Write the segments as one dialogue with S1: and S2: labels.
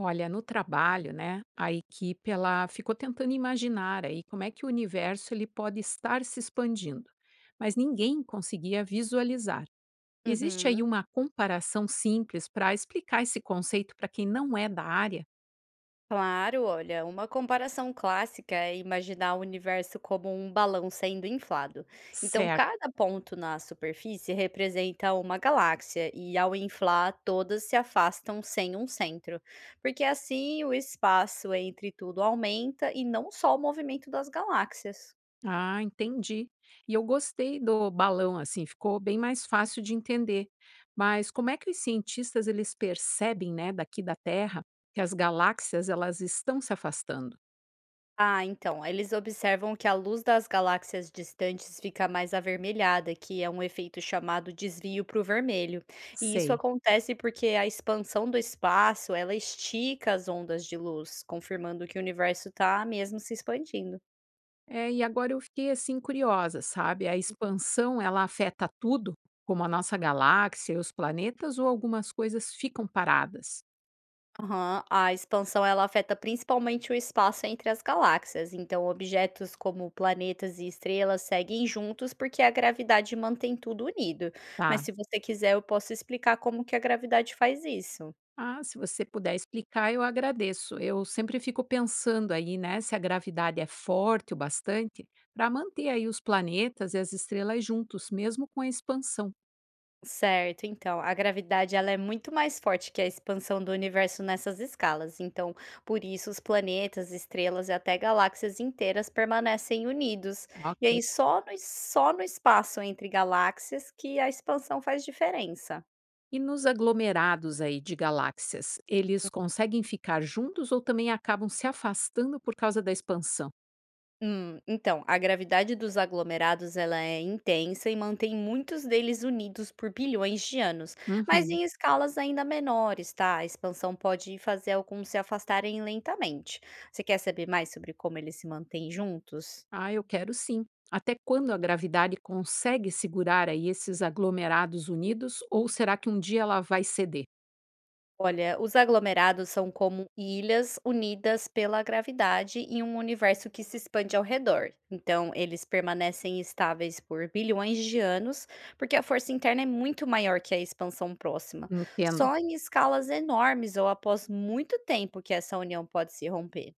S1: Olha, no trabalho, né, a equipe ela ficou tentando imaginar aí como é que o universo ele pode estar se expandindo, mas ninguém conseguia visualizar. Existe aí
S2: Uhum.
S1: uma comparação simples para explicar esse conceito para quem não é da área?
S2: Claro, olha, uma comparação clássica é imaginar o universo como um balão sendo inflado. Então,
S1: Certo.
S2: cada ponto na superfície representa uma galáxia, e ao inflar, todas se afastam sem um centro, porque assim o espaço entre tudo aumenta e não só o movimento das galáxias.
S1: Ah, entendi. E eu gostei do balão assim, ficou bem mais fácil de entender. Mas como é que os cientistas eles percebem, né, daqui da Terra, que as galáxias elas estão se afastando?
S2: Ah, então, eles observam que a luz das galáxias distantes fica mais avermelhada, que é um efeito chamado desvio para o vermelho. E isso
S1: Sei.
S2: acontece porque a expansão do espaço, ela estica as ondas de luz, confirmando que o universo está mesmo se expandindo.
S1: É, e agora eu fiquei assim curiosa, sabe? A expansão ela afeta tudo, como a nossa galáxia e os planetas, ou algumas coisas ficam paradas,
S2: Aham, a expansão ela afeta principalmente o espaço entre as galáxias, então objetos como planetas e estrelas seguem juntos porque a gravidade mantém tudo unido. Mas
S1: tá?
S2: se você quiser, eu posso explicar como que a gravidade faz isso.
S1: Ah, se você puder explicar, eu agradeço. Eu sempre fico pensando aí, né, se a gravidade é forte o bastante para manter aí os planetas e as estrelas juntos, mesmo com a expansão.
S2: Certo, então, a gravidade ela é muito mais forte que a expansão do universo nessas escalas. Então, por isso os planetas, estrelas e até galáxias inteiras permanecem unidos. E
S1: Ok.
S2: aí só no espaço entre galáxias que a expansão faz diferença.
S1: E nos aglomerados aí de galáxias, eles conseguem ficar juntos ou também acabam se afastando por causa da expansão?
S2: Então, a gravidade dos aglomerados ela é intensa e mantém muitos deles unidos por bilhões de anos, mas
S1: Uhum.
S2: em escalas ainda menores, tá? A expansão pode fazer alguns se afastarem lentamente. Você quer saber mais sobre como eles se mantêm juntos?
S1: Ah, eu quero sim. Até quando a gravidade consegue segurar aí esses aglomerados unidos ou será que um dia ela vai ceder?
S2: Olha, os aglomerados são como ilhas unidas pela gravidade em um universo que se expande ao redor. Então, eles permanecem estáveis por bilhões de anos, porque a força interna é muito maior que a expansão próxima.
S1: Entendo.
S2: Só em escalas enormes ou após muito tempo que essa união pode se romper.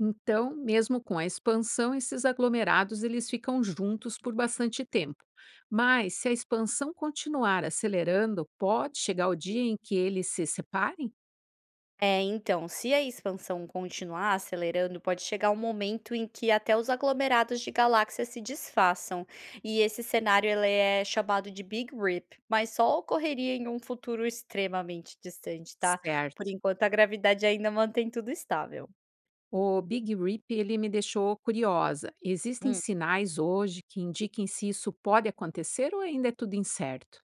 S1: Então, mesmo com a expansão, esses aglomerados eles ficam juntos por bastante tempo. Mas se a expansão continuar acelerando, pode chegar o dia em que eles se separem?
S2: É, então, se a expansão continuar acelerando, pode chegar um momento em que até os aglomerados de galáxias se desfaçam. E esse cenário ele é chamado de Big Rip, mas só ocorreria em um futuro extremamente distante, tá? Por
S1: Certo.
S2: enquanto, a gravidade ainda mantém tudo estável.
S1: O Big Rip ele me deixou curiosa. Existem sinais hoje que indiquem se isso pode acontecer ou ainda é tudo incerto?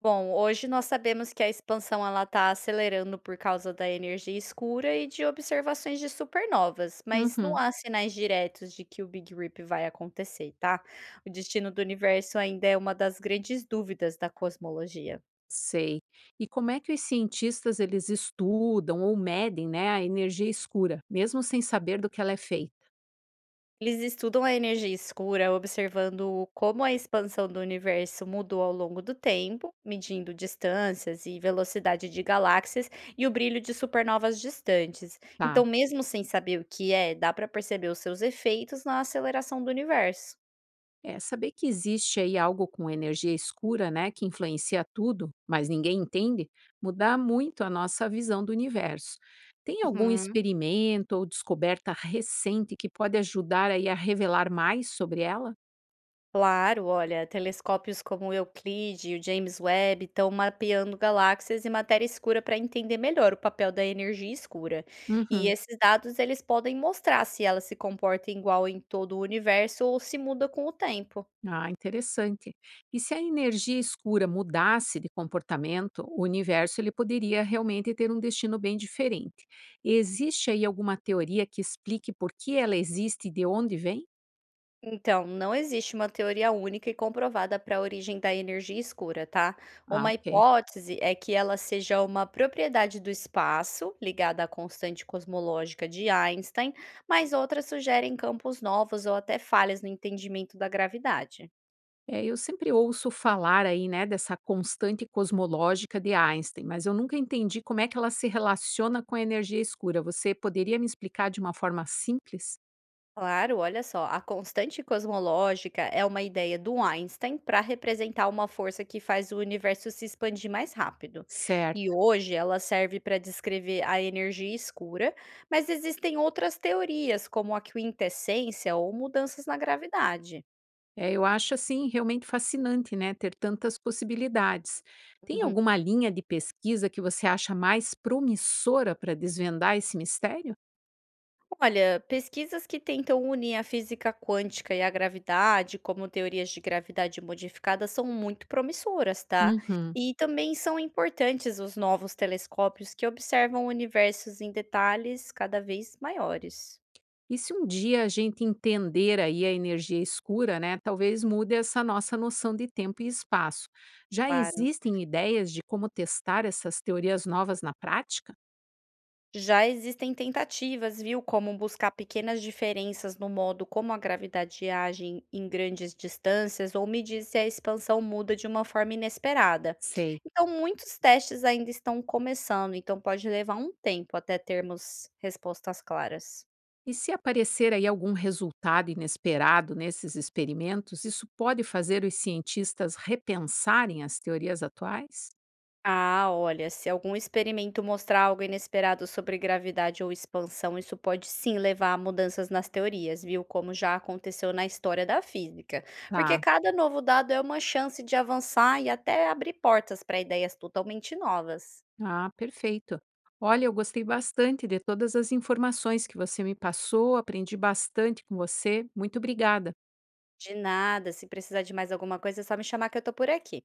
S2: Bom, hoje nós sabemos que a expansão ela está acelerando por causa da energia escura e de observações de supernovas, mas não
S1: Uhum.
S2: há sinais diretos de que o Big Rip vai acontecer, tá? O destino do universo ainda é uma das grandes dúvidas da cosmologia.
S1: Sei. E como é que os cientistas eles estudam ou medem, né, a energia escura, mesmo sem saber do que ela é feita?
S2: Eles estudam a energia escura observando como a expansão do universo mudou ao longo do tempo, medindo distâncias e velocidade de galáxias e o brilho de supernovas distantes. Então,
S1: Tá.
S2: mesmo sem saber o que é, dá para perceber os seus efeitos na aceleração do universo.
S1: É saber que existe aí algo com energia escura, né, que influencia tudo, mas ninguém entende, muda muito a nossa visão do universo. Tem algum
S2: Uhum.
S1: experimento ou descoberta recente que pode ajudar aí a revelar mais sobre ela?
S2: Claro, olha, telescópios como o Euclide e o James Webb estão mapeando galáxias e matéria escura para entender melhor o papel da energia escura. E
S1: Uhum.
S2: esses dados eles podem mostrar se ela se comporta igual em todo o universo ou se muda com o tempo.
S1: Ah, interessante. E se a energia escura mudasse de comportamento, o universo ele poderia realmente ter um destino bem diferente. Existe aí alguma teoria que explique por que ela existe e de onde vem?
S2: Então, não existe uma teoria única e comprovada para a origem da energia escura, tá?
S1: Ah,
S2: Uma
S1: ok.
S2: hipótese é que ela seja uma propriedade do espaço, ligada à constante cosmológica de Einstein, mas outras sugerem campos novos ou até falhas no entendimento da gravidade.
S1: É, eu sempre ouço falar aí, né, dessa constante cosmológica de Einstein, mas eu nunca entendi como é que ela se relaciona com a energia escura. Você poderia me explicar de uma forma simples?
S2: Claro, olha só, a constante cosmológica é uma ideia do Einstein para representar uma força que faz o universo se expandir mais rápido. E
S1: Certo.
S2: hoje ela serve para descrever a energia escura, mas existem outras teorias, como a quintessência ou mudanças na gravidade.
S1: É, eu acho assim realmente fascinante, né, ter tantas possibilidades. Tem alguma linha de pesquisa que você acha mais promissora para desvendar esse mistério?
S2: Olha, pesquisas que tentam unir a física quântica e a gravidade, como teorias de gravidade modificada, são muito promissoras, tá?
S1: Uhum.
S2: E também são importantes os novos telescópios que observam universos em detalhes cada vez maiores.
S1: E se um dia a gente entender aí a energia escura, né, talvez mude essa nossa noção de tempo e espaço. Já
S2: Claro.
S1: existem ideias de como testar essas teorias novas na prática?
S2: Já existem tentativas, viu, como buscar pequenas diferenças no modo como a gravidade age em grandes distâncias ou medir se a expansão muda de uma forma inesperada.
S1: Sei.
S2: Então, muitos testes ainda estão começando, então pode levar um tempo até termos respostas claras.
S1: E se aparecer aí algum resultado inesperado nesses experimentos, isso pode fazer os cientistas repensarem as teorias atuais?
S2: Ah, olha, se algum experimento mostrar algo inesperado sobre gravidade ou expansão, isso pode sim levar a mudanças nas teorias, viu? Como já aconteceu na história da física. Porque
S1: Tá.
S2: cada novo dado é uma chance de avançar e até abrir portas para ideias totalmente novas.
S1: Ah, perfeito. Olha, eu gostei bastante de todas as informações que você me passou, aprendi bastante com você. Muito obrigada.
S2: De nada, se precisar de mais alguma coisa, é só me chamar que eu tô por aqui.